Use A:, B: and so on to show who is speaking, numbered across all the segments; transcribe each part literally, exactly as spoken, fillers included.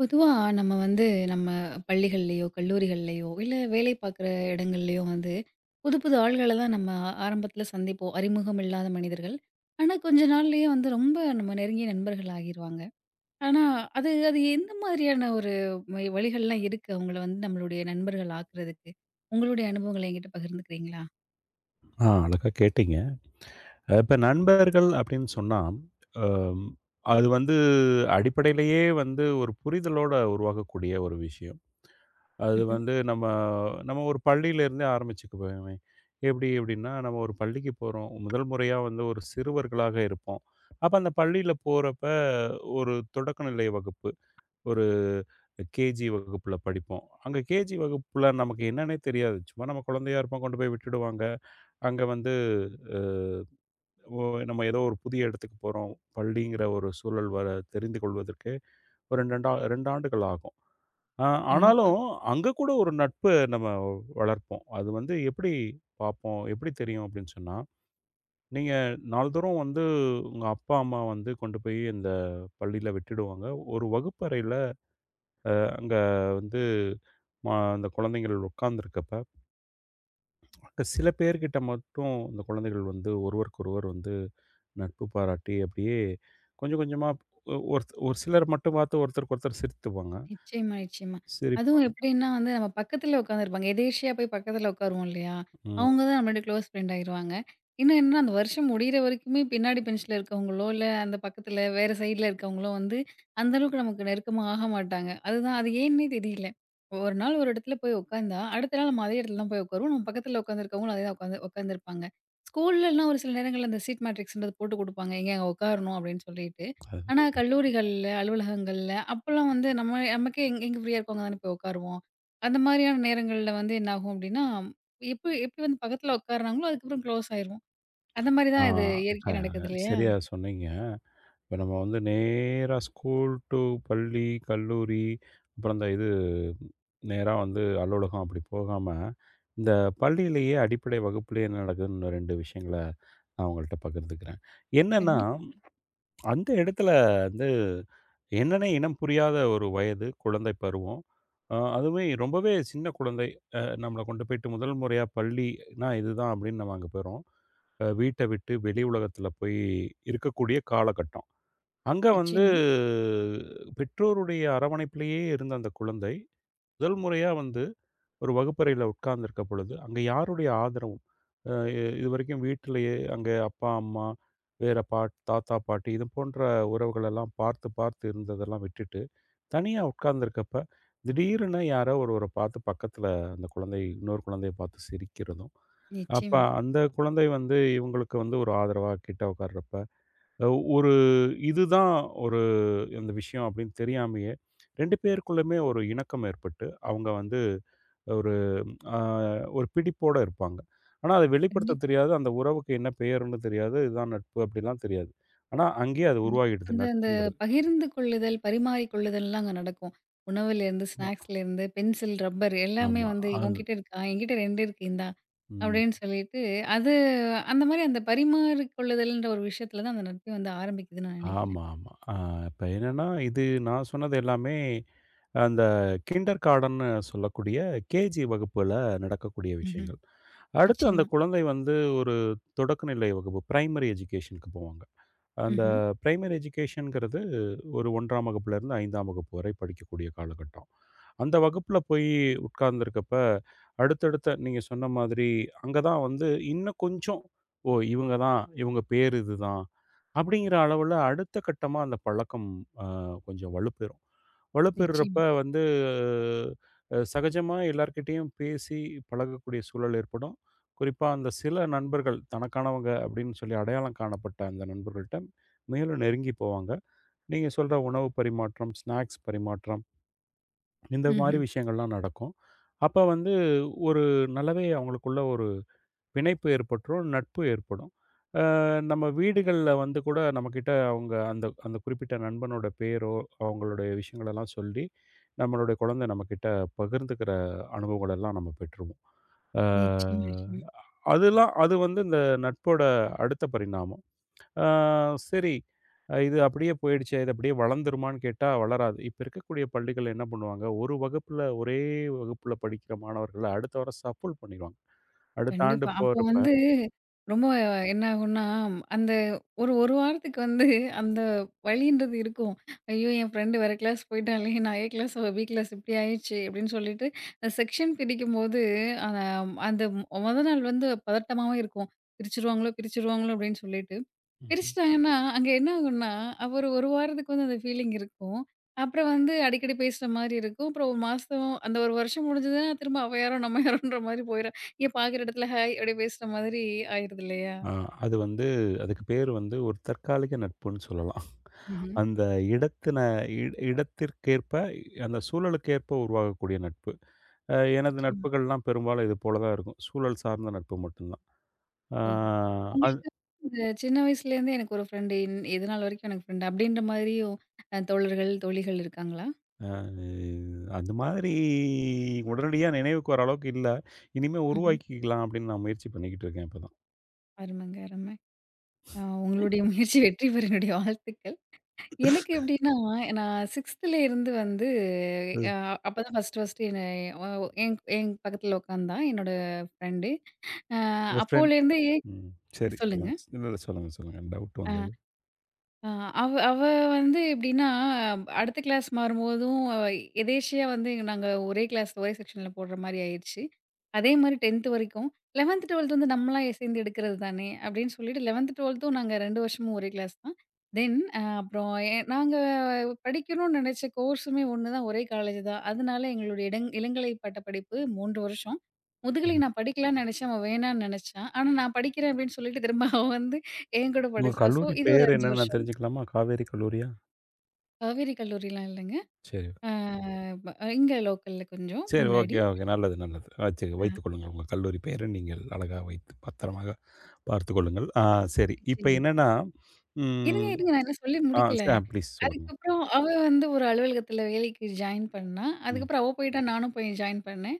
A: பொதுவா நம்ம வந்து நம்ம பள்ளிகள்லயோ, கல்லூரிகள்லயோ, இல்ல வேலை பார்க்குற இடங்கள்லயோ வந்து, புது புது ஆள்கள தான் நம்ம ஆரம்பத்தில சந்திப்போம். அறிமுகம் இல்லாத மனிதர்கள். ஆனா, கொஞ்ச நாள்லயே வந்து ரொம்ப நம்ம நெருங்கிய நண்பர்கள் ஆகிருவாங்க. ஆனா, அது அது எந்த மாதிரியான ஒரு வழி வழிகள்லாம் இருக்கு அவங்கள வந்து நம்மளுடைய நண்பர்கள் ஆக்குறதுக்கு? உங்களுடைய அனுபவங்கள என்கிட்ட பகிர்ந்துக்கிறீங்களா?
B: ஆ அழகா கேட்டீங்க. அ இப்ப நண்பர்கள் அப்படின்னு சொன்னா, அம் அது வந்து அடிப்படையிலேயே வந்து ஒரு புரிதலோட உருவாகக்கூடிய ஒரு விஷயம். அது
A: ம்ஹ்ம்.
B: வந்து நம்ம நம்ம ஒரு பள்ளியிலேருந்தே ஆரம்பிச்சுக்குவோமே. எப்படி எப்படின்னா, நம்ம ஒரு பள்ளிக்கு போறோம். முதல் முறையா வந்து ஒரு சிறுவர்களாக இருப்போம். அப்ப அந்த பள்ளியில போறப்ப ஒரு தொடக்கநிலை வகுப்பு. ஒரு கேஜி வகுப்புல படிப்போம். அங்க கேஜி வகுப்புல நமக்கு என்னன்னே தெரியாது. சும்மா நம்ம குழந்தையா இருப்போம். கொண்டு போய் விட்டுடுவாங்க. அங்க வந்து அ ஓ நம்ம ஏதோ ஒரு புதிய இடத்துக்கு போறோம். பள்ளிங்கிற ஒரு சூழல் வர தெரிந்து கொள்வதற்கு ஒரு இரண்டு ஆ இரண்டு ஆண்டுகள் ஆகும். அ
A: கண்டிப்பா.
B: ஆனாலும் அங்க கூட ஒரு நட்பு நம்ம வளர்ப்போம். அது வந்து எப்படி பார்ப்போம்? எப்படி தெரியும் அப்படின்னு சொன்னா, நீங்க நாள்தோறும் வந்து உங்க அப்பா, அம்மா வந்து கொண்டு போய் இந்த பள்ளியில விட்டுடுவாங்க. ஒரு வகுப்பறையில அங்க வந்து ம அந்த குழந்தைங்கள் உட்கார்ந்திருக்கப்ப சில பேர்கிட்ட மட்டும் இந்த குழந்தைகள் வந்து ஒருவருக்கொருவர் வந்து நட்பு பாராட்டி அப்படியே கொஞ்சம் கொஞ்சமா ஒ ஒரு ஒரு சிலர் மட்டும் பார்த்து ஒருத்தருக்கு ஒருத்தர் சிரித்துப்பாங்க.
A: நிச்சயமா, நிச்சயமா. அதுவும்
B: சிரிப்பாங்க.
A: எப்படின்னா வந்து நம்ம பக்கத்துல உட்காந்துருப்பாங்க. எதேர்ச்சியா போய் பக்கத்துல உட்காருவோம் இல்லையா?
B: ம்.
A: அவங்க தான் நம்மளோட க்ளோஸ் ஃப்ரெண்ட் ஆயிருவாங்க. இன்னும் என்னன்னா, அந்த வருஷம் முடியிற வரைக்குமே பின்னாடி பெஞ்ச்ல இருக்கவங்களோ, இல்ல அந்த பக்கத்துல வேற சைட்ல இருக்கவங்களோ வந்து அந்த அளவுக்கு நமக்கு நெருக்கமா ஆக மாட்டாங்க. அதுதான் அது ஏன்னே தெரியல. ஒரு நாள் ஒரு இடத்துல போய் உட்காந்தா, அடுத்த நாள் நம்ம அதே இடத்துல தான் போய் உட்காருவோம். நம்ம பக்கத்துல உட்காந்துருக்கவங்களும் அதே தான் உட்காந்து உட்காந்துருப்பாங்க. ஸ்கூல்லலாம் ஒரு சில நேரங்கள்ல அந்த சீட் மேட்ரிக்ஸ்ன்றது போட்டு குடுப்பாங்க. எங்கேங்க உட்காரணும் அப்படின்னு சொல்லிட்டு.
B: அது
A: ஆனா, கல்லூரிகள்ல, அலுவலகங்கள்ல அப்பலாம் வந்து நம்ம நமக்கே எங் எங்க ஃப்ரீயா இருக்கோ, அங்க தானே போய் உட்காருவோம். அந்த மாரியான நேரங்கள்ல வந்து என்னாகும் அப்டின்னா, எப்ப எப்படி வந்து பக்கத்துல உட்காருனாங்களோ, அதுக்கப்புறம் க்ளோஸ் ஆயிருவோம். அந்த மாரி
B: ஆ
A: தான் இது
B: அ
A: இயற்கையா நடக்குது இல்லையா?
B: சரியா சொன்னீங்க. இப்ப நம்ம வந்து நேரா ஸ்கூல் டூ பள்ளி, கல்லூரி அப்புறம் இந்த இது நேரா வந்து அலுவலகம் அப்படி போகாம, இந்த பள்ளியிலேயே அடிப்படை வகுப்பிலேயே என்ன நடக்குதுன்னு இரண்டு விஷயங்கள நான் உங்கள்ட்ட பகிர்ந்துக்கிறேன். என்னன்னா
A: கண்டிப்பா.
B: அந்த இடத்துல வந்து என்னன்னே இனம் புரியாத ஒரு வயது, குழந்தை பருவம். அ அதுவே ரொம்பவே சின்ன குழந்தை. அ நம்மள கொண்டு போயிட்டு முதல் முறையா பள்ளினா இதுதான் அப்படின்னு நம்ம அங்க போயிறோம். அ வீட்ட விட்டு வெளி உலகத்துல போய் இருக்கக்கூடிய காலகட்டம். அங்க வந்து
A: நிச்சயமா,
B: பெற்றோருடைய அரவணைப்பிலேயே இருந்த அந்த குழந்தை, முதல் முறையா வந்து ஒரு வகுப்பறையில உட்கார்ந்திருக்க பொழுது, அங்கே யாருடைய ஆதரவும், அ இ இதுவரைக்கும் வீட்டிலேயே அங்கே அப்பா, அம்மா, வேற பாட் தாத்தா, பாட்டி இது போன்ற உறவுகளெல்லாம் பார்த்து, பார்த்து இருந்ததெல்லாம் விட்டுட்டு, தனியா உட்கார்ந்திருக்கப்ப, திடீர்னு யாரோ ஒருவர பார்த்து பக்கத்தில அந்த குழந்தை இன்னொரு குழந்தைய பார்த்து சிரிக்கிறதும், அப்ப
A: நிச்சயமா.
B: அந்த குழந்தை வந்து இவங்களுக்கு வந்து ஒரு ஆதரவா கிட்ட உட்கார்றப்ப, அ ஒரு இதுதான் ஒரு இந்த விஷயம் அப்படின்னு தெரியாமயே, இரண்டு பேருக்குள்ளயுமே ஒரு இணக்கம் ஏற்பட்டு, அவங்க வந்து ஒரு அ ஒரு பிடிப்போட இருப்பாங்க. ஆனா, அத வெளிப்படுத்தத்
A: கண்டிப்பா.
B: தெரியாது. அந்த உறவுக்கு என்ன பெயர்ன்னு தெரியாது. இதுதான் நட்பு அப்படிலாம் தெரியாது. ஆனா, அங்கேயே அது
A: கண்டிப்பா.
B: உருவாகிடுது
A: அந்த அந்த
B: நட்புங்கிறது.
A: பகிர்ந்து கொள்ளுதல், பரிமாறிக் கொள்ளுதல்லாம் அங்க நடக்கும். உணவுலேருந்து,
B: ஆமா,
A: ஸ்நாக்ஸ்லேருந்து, பென்சில், ரப்பர் எல்லாமே
B: ஆமா.
A: வந்து
B: அது
A: "உன்கிட்ட இருக்கா? என்கிட்ட இரண்டு இருக்கு இந்தா"
B: ம்.
A: அப்படின்னு சொல்லிட்டு, அது அந்த மாரி அந்த பரிமாறிக் கொள்ளுதல்ன்ற ஒரு விஷயத்துல தான் அந்த நட்பே வந்து ஆரம்பிக்குதுன்னு நான் நெனைக்கிறேன்.
B: ஆமா, ஆமா. அ இப்ப என்னன்னா, இது நான் சொன்னது எல்லாமே அந்த கிண்டர் கார்டன்னு சொல்லக்கூடிய கேஜி வகுப்புல நடக்கக்கூடிய
A: ம்ஹ்ம்.
B: விஷயங்கள். அடுத்து அந்த
A: நிச்சயமா.
B: குழந்தை வந்து ஒரு தொடக்கநிலை வகுப்பு பிரைமரி எஜுகேஷனுக்கு போவாங்க. அந்த
A: ம்ஹ்ம்.
B: பிரைமரி எஜுகேஷன்ங்கிறது ஒரு முதலாம் வகுப்புலேருந்து ஐந்தாம் வகுப்பு வரை படிக்கக்கூடிய காலகட்டம். அந்த வகுப்புல போய் உட்கார்ந்திருக்கப்ப, அடுத்தடுத்த நீங்க சொன்ன மாதிரி, அங்க தான் வந்து இன்னும் கொஞ்சம், "ஓ! இவங்க தான், இவங்க பேர் இதுதான்." அப்படிங்கிற அளவுல அடுத்த கட்டமா அந்த பழக்கம் அ கொஞ்சம் வலுப்பெறும். வலுப்பெறுறப்ப
A: நிச்சயமா.
B: வந்து அ சகஜமா எல்லார்கிட்டயும் பேசி பழகக்கூடிய சூழல் ஏற்படும். குறிப்பா அந்த சில நண்பர்கள் தனக்கானவங்க அப்படின்னு சொல்லி அடையாளம் காணப்பட்ட அந்த நண்பர்கள்ட்ட மேலும் நெருங்கி போவாங்க. நீங்க சொல்ற உணவு பரிமாற்றம், ஸ்நாக்ஸ் பரிமாற்றம் இந்த மாரி
A: ம்ஹ்ம்.
B: விஷயங்கள்லாம் நடக்கும். அப்ப வந்து ஒரு நல்லாவே அவங்களுக்குள்ள ஒரு பிணைப்பு ஏற்பட்டுரும், நட்பு ஏற்படும். அ நம்ம வீடுகள்ல வந்து கூட நம்மக்கிட்ட அவுங்க அந்த அந்த குறிப்பிட்ட நண்பனோட பேரோ, அவுங்களுடைய விஷயங்களெல்லாம் சொல்லி, நம்மளுடைய குழந்தை நம்மக்கிட்ட பகிர்ந்துக்கிற அனுபவங்களெல்லாம் நம்ம பெற்றுருவோம். அ
A: நிச்சயமா, நிச்சயமா.
B: அதெல்லாம் அது வந்து இந்த நட்போட அடுத்த பரிணாமம். அ சரி, அ இது அப்படியே போயிடுச்சே! இது அப்படியே வளர்ந்துருமான்னு கேட்டா வளராது. இப்ப இருக்கக்கூடிய பள்ளிகள் என்ன பண்ணுவாங்க, ஒரு வகுப்புல ஒரே வகுப்புல படிக்கிற மாணவர்கள அடுத்த வருஷம் சப்புல் பண்ணிருவாங்க. அடுத்த ஆண்டு
A: கண்டிப்பா. அப்போ
B: போறப்ப
A: வந்து ரொம்ப என்ன ஆகும்னா, அந்த ஒரு 1 வாரத்துக்கு வந்து அந்த வலின்றது இருக்கும். ஐயோ! என் ஃப்ரெண்ட் வேற கிளாஸ் போய்ட்டாளே! நான் ஏ கிளாஸ், அவ பி கிளாஸ் இப்படி ஆயிடுச்சு அப்படின்னு சொல்லிட்டு, அந்த செக்ஷன் பிரிக்கும்போது அ அந்த மொத நாள் வந்து பதட்டமாவே இருக்கும். பிரிச்சுருவாங்களோ! பிரிச்சுருவாங்களோ! அப்படின்னு சொல்லிட்டு.
B: ம்.
A: பிரிச்சுட்டாங்கன்னா, அங்க என்ன ஆகும்னா, அவர் ஒரு 1 வாரத்துக்கு வந்து அந்த ஃபீலிங் இருக்கும். அப்புறம் வந்து அடிக்கடி பேசுற மாரி இருக்கும். அப்புறம் ஒரு மாசம் அந்த ஒரு வருஷம் முடிஞ்சதுன்னா, திரும்ப அவ யாரோ, நம்ம யாரோன்ற மாரி போயிரும். இங்க பாக்குற இடத்துல ஹாய் அப்படி பேசுற மாதிரி ஆயிருது இல்லையா?
B: ஆ, அது வந்து அதுக்கு பேரு வந்து ஒரு தற்காலிக நட்புன்னு சொல்லலாம்.
A: ம்ஹ்ம்.
B: அந்த இடத்தின இட இடத்திற்கேற்ப அந்த சூழலுக்கேற்ப உருவாகக்கூடிய நட்பு. அ எனது
A: நிச்சயமா.
B: நட்புகள்லாம் பெரும்பாலும் இது போல தான் இருக்கும். சூழல் சார்ந்த நட்பு மட்டும்தான். ஆ
A: ஓஹோ!
B: அது
A: உங்களுக்கு இந்த சின்ன வயசுலேருந்தே எனக்கு ஒரு ஃப்ரெண்டு, இன் இதுநாள் வரைக்கும் எனக்கு ஃப்ரெண்டு அப்படின்ற மாதிரியும் அ தோழர்கள், தோழிகள் இருக்காங்களா?
B: அ அந்த மாதிரி உடனடியா நினைவுக்கு வர அளவுக்கு இல்ல. இனிமே
A: ம்ஹ்ம்.
B: உருவாக்கிக்கலாம் அப்படின்னு நான் முயற்சி பண்ணிக்கிட்டு இருக்கேன் இப்பதான்.
A: அருமைங்க, அருமை. அ உங்களுடைய முயற்சி வெற்றி பெற என்னுடைய வாழ்த்துக்கள். எனக்கு எப்படின்னா, நான் 6த்துல இருந்து வந்து
B: ம்.
A: அ அப்பதான் ஃபர்ஸ்ட் ஃபர்ஸ்ட் என்ன அ என் என் பக்கத்துல உட்காந்தான் என்னோட ஃப்ரெண்டு. அ
B: உங்க ஃப்ரெண்ட்
A: அப்போலேருந்தே
B: ம். சரி
A: சொல்லுங்க.
B: சொல்லுங்க. இல்ல, இல்ல. சொல்லுங்க, சொல்லுங்க. டவுட் வந்தது.
A: அ அவ அவ வந்து எப்படின்னா, அடுத்த கிளாஸ் மாறும்போதும் அவ எதேர்ச்சியா வந்து நாங்க ஒரே கிளாஸ் ஒரே செக்ஷன்ல போடுற மாரி ஆயிருச்சு. அதே மாரி 10த் வரைக்கும் 11த், 12த் வந்து நம்மளா சேர்ந்து எடுக்கிறது தானே அப்படின்னு சொல்லிட்டு 11த், 12த்தும் நாங்க இரண்டு வருஷமும் ஒரே கிளாஸ் தான். தென் அ அப்புறம் எ நாங்க படிக்கணும்னு நினைச்ச கோர்ஸுமே ஒண்ணு தான், ஒரே காலேஜ் தான். அதனால எங்களுடைய இடங் இளங்கலை பட்ட படிப்பு மூன்று வருஷம். முதுகலை
B: ம்ஹ்ம்.
A: நான் படிக்கலாம்னு நினைச்சேன். அவ வேணான்னு நினைச்சா. ஆனா நான் படிக்கிறேன் அப்படின்னு சொல்லிட்டு திரும்ப அவ வந்து என்கூட
B: உங்க
A: படிச்சா. ஸோ
B: கல்லூரி
A: இது ஒரு
B: பேர்
A: ஐந்து
B: என்னன்னு நான்
A: வருஷம்.
B: தெரிஞ்சுக்கலாமா? காவேரி கல்லூரியா?
A: காவேரி கல்லூரிலாம் இல்லங்க.
B: சரி.
A: ஆ ப இங்க லோக்கல்ல கொஞ்சம்
B: சரி.
A: முன்னாடி.
B: Okay, okay. நல்லது, நல்லது. வச்சு
A: ஆ
B: வைத்துக் கொள்ளுங்கள். உங்க கல்லூரி பெயரை நீங்கள் அழகா வைத்து பத்திரமாக பார்த்துக் கொள்ளுங்கள். ஆ சரி. இப்ப
A: நிச்சயமா.
B: என்னன்னா,
A: இருங்க,
B: ம்.
A: இருங்க. நான் இன்னும் சொல்லி
B: ஆ
A: முடிக்கல.
B: ச ப்ளீஸ் சொல்லுங்க.
A: அதுக்கப்புறம் அவ வந்து ஒரு அலுவலகத்தில வேலைக்கு ஜாயின் பண்ணா.
B: ம்.
A: அதுக்கப்புறம் அவ போயிட்டா, நானும் போய் ஜாயின் பண்ணேன்.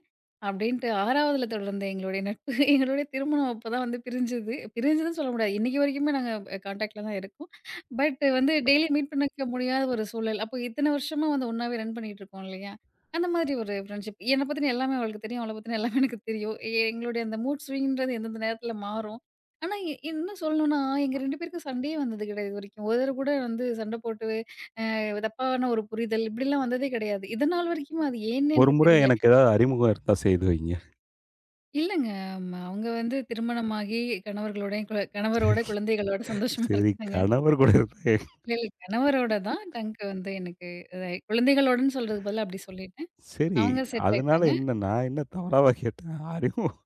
A: அப்படின்ட்டு 6வதுல தொடர்ந்த எங்களுடைய நட்பு, எங்களுடைய திருமணம் அப்பதான் வந்து பிரிஞ்சது. பிரிஞ்சதுன்னு சொல்ல முடியாது. இன்னைக்கு வரைக்குமே நாங்க கான்டாக்ட்ல தான் இருக்கோம். பட் வந்து டெய்லி மீட் பண்ணிக்க முடியாத ஒரு சூழல். அப்போ இத்தன வருஷமா வந்து ஒண்ணாவே ரன் பண்ணிட்டு இருக்கோம் இல்லையா? அந்த மாதிரி ஒரு ஃப்ரெண்ட்ஷிப். என்ன பத்தின எல்லாமே அவளுக்கு தெரியும். அவள பத்தின எல்லாமே எனக்கு தெரியும். எ- எங்களுடைய அந்த மூட் ஸ்விங்ன்றது எந்தெந்த நேரத்தில மாறும். ஆனா, இ- இன்னும் சொல்லணும்னா, எங்க இரண்டு பேருக்கும் சண்டையே வந்தது கிடையாது இதுவரைக்கும். ஒரு தடவ கூட வந்து சண்டை போட்டு அ தப்பான ஒரு புரிதல் இப்படிலாம் வந்ததே கிடையாது. இதுநாள் வரைக்கும் அது ஏன்னு
B: ஒரு
A: எனக்கு
B: முறை
A: தெரியல.
B: எனக்கு ஏதாவது அறிமுகம் இருந்தா செய்து வைங்க.
A: இல்லங்க ம அவங்க வந்து திருமணமாகி கணவர்களோடயும் கு கணவரோட
B: சரி
A: குழந்தைகளோட சந்தோஷமா
B: சரி,
A: இருக்காங்க.
B: கணவர் கூட இருந்தா
A: இல்ல, இல்ல கணவரோட தான் டங்க் வந்து எனக்கு அ குழந்தைகளோடன்னு சொல்றதுக்கு பதிலா அப்படி சொல்லிட்டேன்.
B: சரி.
A: அவங்க செட்டில்
B: அதனால
A: ஆயிட்டாங்க.
B: என்ன நான் என்ன தவறாவா கேட்டேன்? அறிமுகம்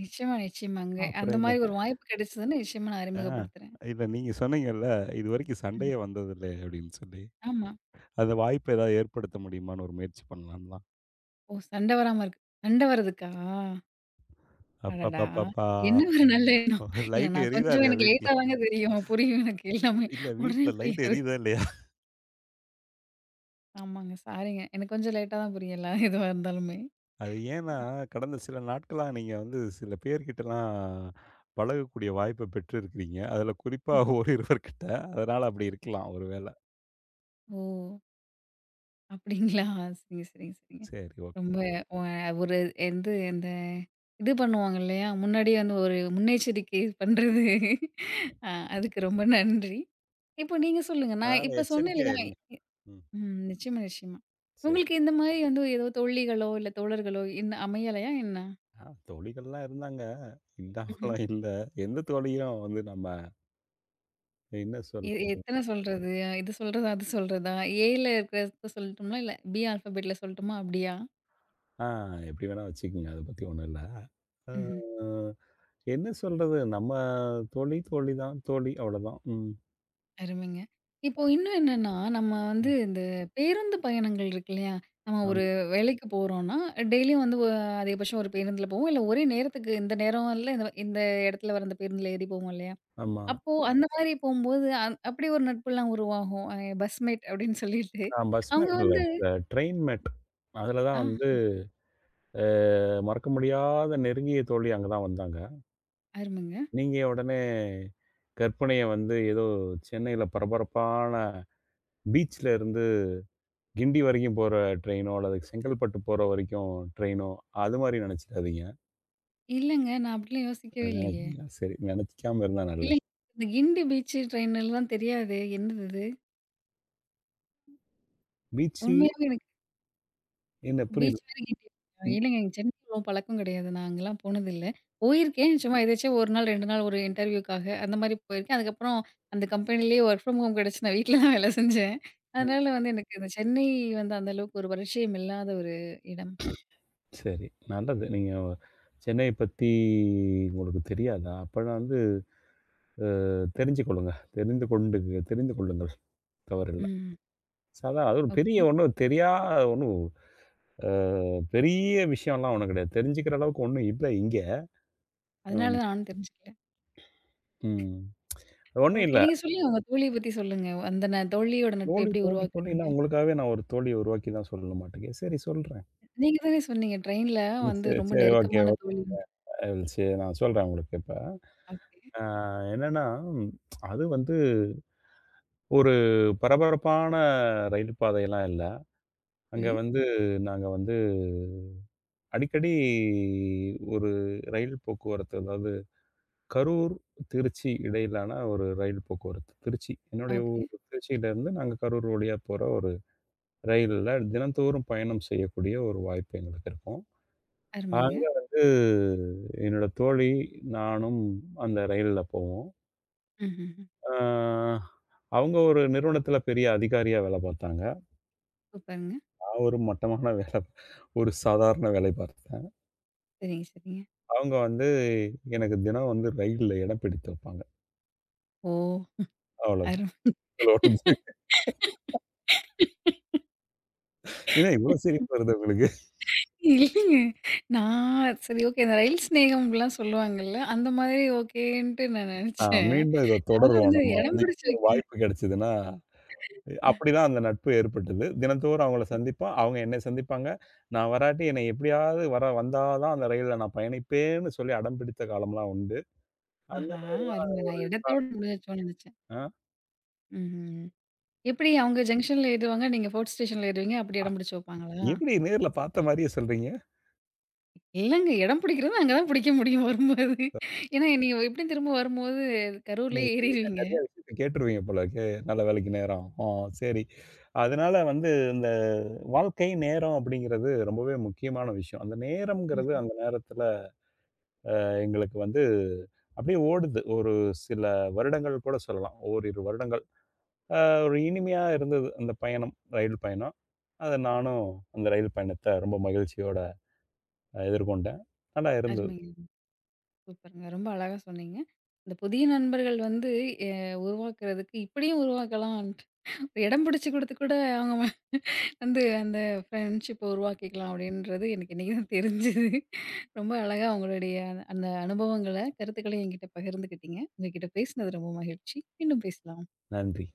A: நிச்சயமா, நிச்சயமாங்க. அந்த
B: அப்புறம் என்ன?
A: மாரி ஒரு வாய்ப்பு கிடைச்சதுன்னு நிச்சயமா நான்
B: ஆ
A: அறிமுகப்படுத்துறேன்.
B: இல்ல நீங்க சொன்னீங்கல்ல, இதுவரைக்கும்
A: ம்.
B: சண்டையே வந்ததில்ல அப்படின்னு சொல்லி.
A: ஆமா.
B: அந்த வாய்ப்ப ஏதாவது ஏற்படுத்த முடியுமான்னு ஒரு முயற்சி பண்ணலாம்லாம்.
A: ஓ! சண்டை வராம இருக்கு. சண்டை வருதுக்கா? அடடா!
B: அப்பப்பப்பப்பா!
A: என்ன ஒரு நல்ல எண்ணம். இல்ல
B: லைட்
A: நான்
B: எரியுதா
A: கொஞ்சம்
B: இல்லையா
A: எனக்கு
B: வீட்ல?
A: லேட்டா தாங்க தெரியும். புரியும் எனக்கு எல்லாமே.
B: இல்ல
A: உடனே
B: வீட்ல லைட்
A: புரியாது.
B: எரியுதா இல்லையா?
A: ஆமாங்க. சாரிங்க. எனக்கு கொஞ்சம் லேட்டா தான் புரியும் எல்லா எதுவா இருந்தாலுமே.
B: அது ஏன்னா,
A: அ
B: கடந்த சில நாட்களா நீங்க வந்து சில பேர்கிட்டலாம் பழகக்கூடிய வாய்ப்ப பெற்றிருக்கிறீங்க. அதில குறிப்பா ஓரிருவர்கிட்ட. அதனால அப்படி இருக்கலாம் ஒரு வேள.
A: ஓ! அப்டிங்களா? சரிங்க, சரிங்க, சரிங்க.
B: சரி ஓகே.
A: ரொம்ப ஒ ஒரு எந்து இந்த இது பண்ணுவாங்க இல்லையா? முன்னாடியே வந்து ஒரு முன்னெச்சரிக்கை பண்றது. அ அதுக்கு ரொம்ப நன்றி. இப்போ நீங்க சொல்லுங்க. நான்
B: அதனால
A: இப்ப சொன்னேன்
B: எச்சரிக்கையா
A: இல்லையா?
B: இருங்க. ம்.
A: ம். நிச்சயமா, நிச்சயமா.
B: சரி.
A: உங்களுக்கு இந்த மாரி வந்து ஏதோ தோழிகளோ, இல்ல தோழர்களோ என்ன அமையலையா என்ன?
B: ஆ தோழிகள்லாம் இருந்தாங்க.
A: ம்ஹ்ம்.
B: இல்லாமலாம் இல்ல. எந்த தோழியும் வந்து நம்ம என்ன
A: எ
B: சொல்றது?
A: எத்தன சொல்றது? இது சொல்றதா? அது சொல்றதா? ஏல இருக்கிறத சொல்லட்டுமா? இல்ல பி ஆல்ஃபபெட்ல சொல்லட்டுமா? அப்படியா?
B: ஆ எப்படி வேணா வச்சுக்கங்க. அத பத்தி ஒண்ணும் இல்ல. அ
A: ம்ஹ்ம்.
B: என்ன சொல்றது? நம்ம தோழி, தோழி தான். தோழி அவ்வளோதான். ம்.
A: அருமைங்க. இப்போ இன்னும் என்னன்னா, நம்ம வந்து இந்த பேருந்து பயணங்கள் இருக்கு இல்லையா? நம்ம
B: அ
A: ஒரு வேலைக்கு போறோம்னா, டெய்லியும் வந்து ஒ அதிகபட்சம் ஒரு பேருந்துல போவோம். இல்ல ஒரே நேரத்துக்கு இந்த நேரம் இல்ல இந்த இந்த இடத்துல வர இந்த பேருந்துல ஏறி போவோம் இல்லையா?
B: ஆமா.
A: அப்போ அந்த மாதிரி போம்போது அந் அப்படி ஒரு நட்புலாம் உருவாகும். அ பஸ்மேட் அப்படின்னு சொல்லிட்டு.
B: நான் பஸ்
A: அவங்க
B: மேட் இல்ல.
A: வந்து
B: அ ட்ரெயின் மேட். அதுல
A: ஆ
B: தான் வந்து அ மறக்க முடியாத நெருங்கிய தோழி அங்க தான் வந்தாங்க.
A: அருமைங்க.
B: நீங்க உடனே கற்பனைய வந்து ஏதோ சென்னையில பரபரப்பான பீச்ல இருந்து கிண்டி வரைக்கும் போற ட்ரெயினோ, அல்லது செங்கல்பட்டு போற வரைக்கும் ட்ரெயினோ, அது மாரி நெனச்சுக்காதீங்க.
A: இல்லங்க. நான் அப்படிலாம் யோசிக்கவே இல்லையே!
B: நெனைக்கிறீங்களா? சரி. நெனைக்காம இருந்தா
A: இல்ல.
B: நல்லது.
A: இந்த கிண்டி பீச் ட்ரெயின்லாம் தெரியாது. என்னது இது?
B: பீச்சு
A: உண்மையாவே எனக்கு
B: என்ன புரியுது.
A: பீச் வேற கிண்டி
B: ம்.
A: இல்லங்க எங்க சென்னை அவ்வளவு பழக்கம் கிடையாது. நான் அங்கலாம் போனதில்ல. போயிருக்கேன். சும்மா எதாச்சும் ஒரு நாள், இரண்டு நாள் ஒரு இன்டர்வியூக்காக அந்த மாரி போயிருக்கேன். அதுக்கப்புறம் அந்த கம்பெனிலேயே வொர்க் ஃப்ரம் ஹோம் கிடைச்சு நான் வீட்ல தான் வேலை செஞ்சேன். அதனால வந்து எனக்கு இந்த சென்னை வந்து அந்த அளவுக்கு ஒரு பரிச்சயம் இல்லாத ஒரு இடம்.
B: சரி. நல்லது. நீங்க சென்னைய பத்தி உங்களுக்கு தெரியாதா? அப்பன்னா வந்து அ தெரிஞ்சு கொள்ளுங்க. தெரிந்து கொண்டு தெரிந்து கொள்ளுங்கள். தவறில்ல.
A: ம்.
B: சாதா அது ஒரு பெரிய
A: ஓகே.
B: ஒண்ணும் தெரியா ஒண்ணும் அ பெரிய விஷயம்லாம் ஒண்ணும் கிடையாது. தெரிஞ்சுக்கிற அளவுக்கு ஒண்ணும் இல்ல இங்க.
A: அதனால
B: ம்.
A: தான் நானும் தெரிஞ்சுக்கல.
B: ம். ஒண்ணும்
A: ஓகே.
B: இல்ல.
A: நீங்க சொல்லுங்க உங்க தோழிய பத்தி சொல்லுங்க. அந்த ந தோழியோட நட்ப
B: தோழி,
A: எப்படி
B: தோழி, தோழி
A: உருவாக்குனீங்க?
B: நான் உங்களுக்காகவே நான் ஒரு தோழிய உருவாக்கி தான் சொல்லல மாட்டேங்க. சரி சொல்றேன்.
A: நீங்க தானே சொன்னீங்க ட்ரெயின்ல
B: ம்.
A: வந்து
B: சரி,
A: ரொம்ப
B: சரி. ஓகே.
A: நெருக்கமான தோழி.
B: சரி நான் சொல்றேன் உங்களுக்கு இப்ப.
A: ஓகே.
B: அ என்னன்னா, ம், அது வந்து ஒரு பரபரப்பான ரயில் பாதைலாம் இல்ல. அங்க
A: சரி.
B: வந்து நாங்க வந்து அடிக்கடி ஒரு ரயில் போக்குவரத்து, அதாவது கரூர், திருச்சி இடையிலான ஒரு ரயில் போக்குவரத்து. திருச்சி என்னுடைய
A: ஓகே.
B: ஊர் திருச்சியிலேருந்து நாங்க கரூர் வழியா போற ஒரு ரயில்ல தினந்தோறும் பயணம் செய்யக்கூடிய ஒரு வாய்ப்பு எங்களுக்கு இருக்கும்.
A: அருமைங்க.
B: அங்க வந்து என்னோட தோழி, நானும் அந்த ரயில்ல போவோம்.
A: ம்ஹ்ஹ்ம்.
B: ஆ அவங்க ஒரு நிறுவனத்தில பெரிய அதிகாரியா வேலை பார்த்தாங்க.
A: சூப்பருங்க.
B: நான் ஒரு மட்டமான வேலை ஒரு சாதாரண வேலை பார்த்தேன்.
A: சரிங்க, சரிங்க.
B: அவங்க வந்து எனக்கு தினம் வந்து ரயில்ல இடம் பிடித்து வைப்பாங்க.
A: ஓ!
B: அவ்வளதான்.
A: அரும.
B: என்ன இவ்வளோ சிரிப்பு வருது உங்களுக்கு?
A: இல்லைங்க. நான் சரி ஓகே. இந்த ரயில் சிநேகம்லாம் சொல்லுவாங்கல்ல. அந்த மாதிரி ஓகேன்ட்டு நான்
B: ஆ
A: நெனச்சேன்.
B: மீண்டும் இத
A: ஆனா
B: தொடருவோம்.
A: வந்து
B: நம்ம
A: இடம்
B: வந்து
A: பிடிச்சு
B: இன்னொரு
A: வைக்கிறேன்.
B: வாய்ப்பு கிடைச்சதுன்னா, அப்படிதான் அந்த நட்பு ஏற்பட்டது. தினந்தோறும் அவங்கள சந்திப்போம். அவங்க என்னை சந்திப்பாங்க. நான் வராட்டி என்னை எப்படியாவது வர வந்தா தான் அந்த ரயில்ல நான் பயணிப்பேன்னு சொல்லி அடம் பிடித்த காலம்லாம் உண்டு. அந்த
A: ஆஹா!
B: மாதிரிலாம்
A: அருமை. நான் இடத்தோட முடிஞ்சிருச்சோன்னு நெனச்சேன்.
B: ஆ
A: ம்ஹ்ம். எப்படி அவங்க ஜங்ஷன்ல ஏறுவாங்க, நீங்க ஃபோர்த் ஸ்டேஷன்ல ஏறுவீங்க. அப்படி
B: அ
A: இடம் பிடிச்சு வைப்பாங்களா?
B: எப்படி நேர்ல பார்த்த மாரியே சொல்றீங்க?
A: இல்லங்க. இடம் பிடிக்கிறது அங்க தான் பிடிக்க முடியும் வரும்போது. ஏன்னா நீங்க எப்படியும் திரும்ப வரும்போது
B: நீங்க
A: கரூர்லயே
B: என்கிட்ட
A: ஏறிருவீங்க.
B: நெறைய விஷயத்த கேட்டுருவீங்க போல இருக்கே. நல்ல வேளைக்கு நேரம். ஆ சரி. அதனால வந்து இந்த வாழ்க்கை நேரம் அப்படிங்கிறது ரொம்பவே முக்கியமான விஷயம். அந்த நேரம்ங்கிறது அந்த நேரத்தில எங்களுக்கு வந்து அப்படியே ஓடுது. ஒரு சில வருடங்கள் கூட சொல்லலாம். ஓரிரு வருடங்கள். அ ஒரு இனிமையா இருந்தது அந்த பயணம், ரயில் பயணம். அத நானும் அந்த ரயில் பயணத்த ரொம்ப மகிழ்ச்சியோட அஹ் எதிர்கொண்டேன். நல்லா இருந்தது.
A: அருமைங்க. சூப்பருங்க. ரொம்ப அழகா சொன்னீங்க. இந்த புதிய நண்பர்கள் வந்து எ உருவாக்குறதுக்கு இப்படியும் உருவாக்கலான்ட்டு இடம் பிடிச்சு குடுத்து கூட அவங்க ம- வந்து அந்த ஃப்ரெண்ட்ஷிப்ப உருவாக்கிக்கலாம் அப்படின்றது எனக்கு இன்னைக்கு தான் தெரிஞ்சது. ரொம்ப அழகா உங்களுடைய அந்த அனுபவங்கள, கருத்துக்கள என்கிட்ட பகிர்ந்துக்கிட்டீங்க. உங்ககிட்ட பேசினது ரொம்ப மகிழ்ச்சி. மீண்டும் பேசலாம்.
B: நன்றி.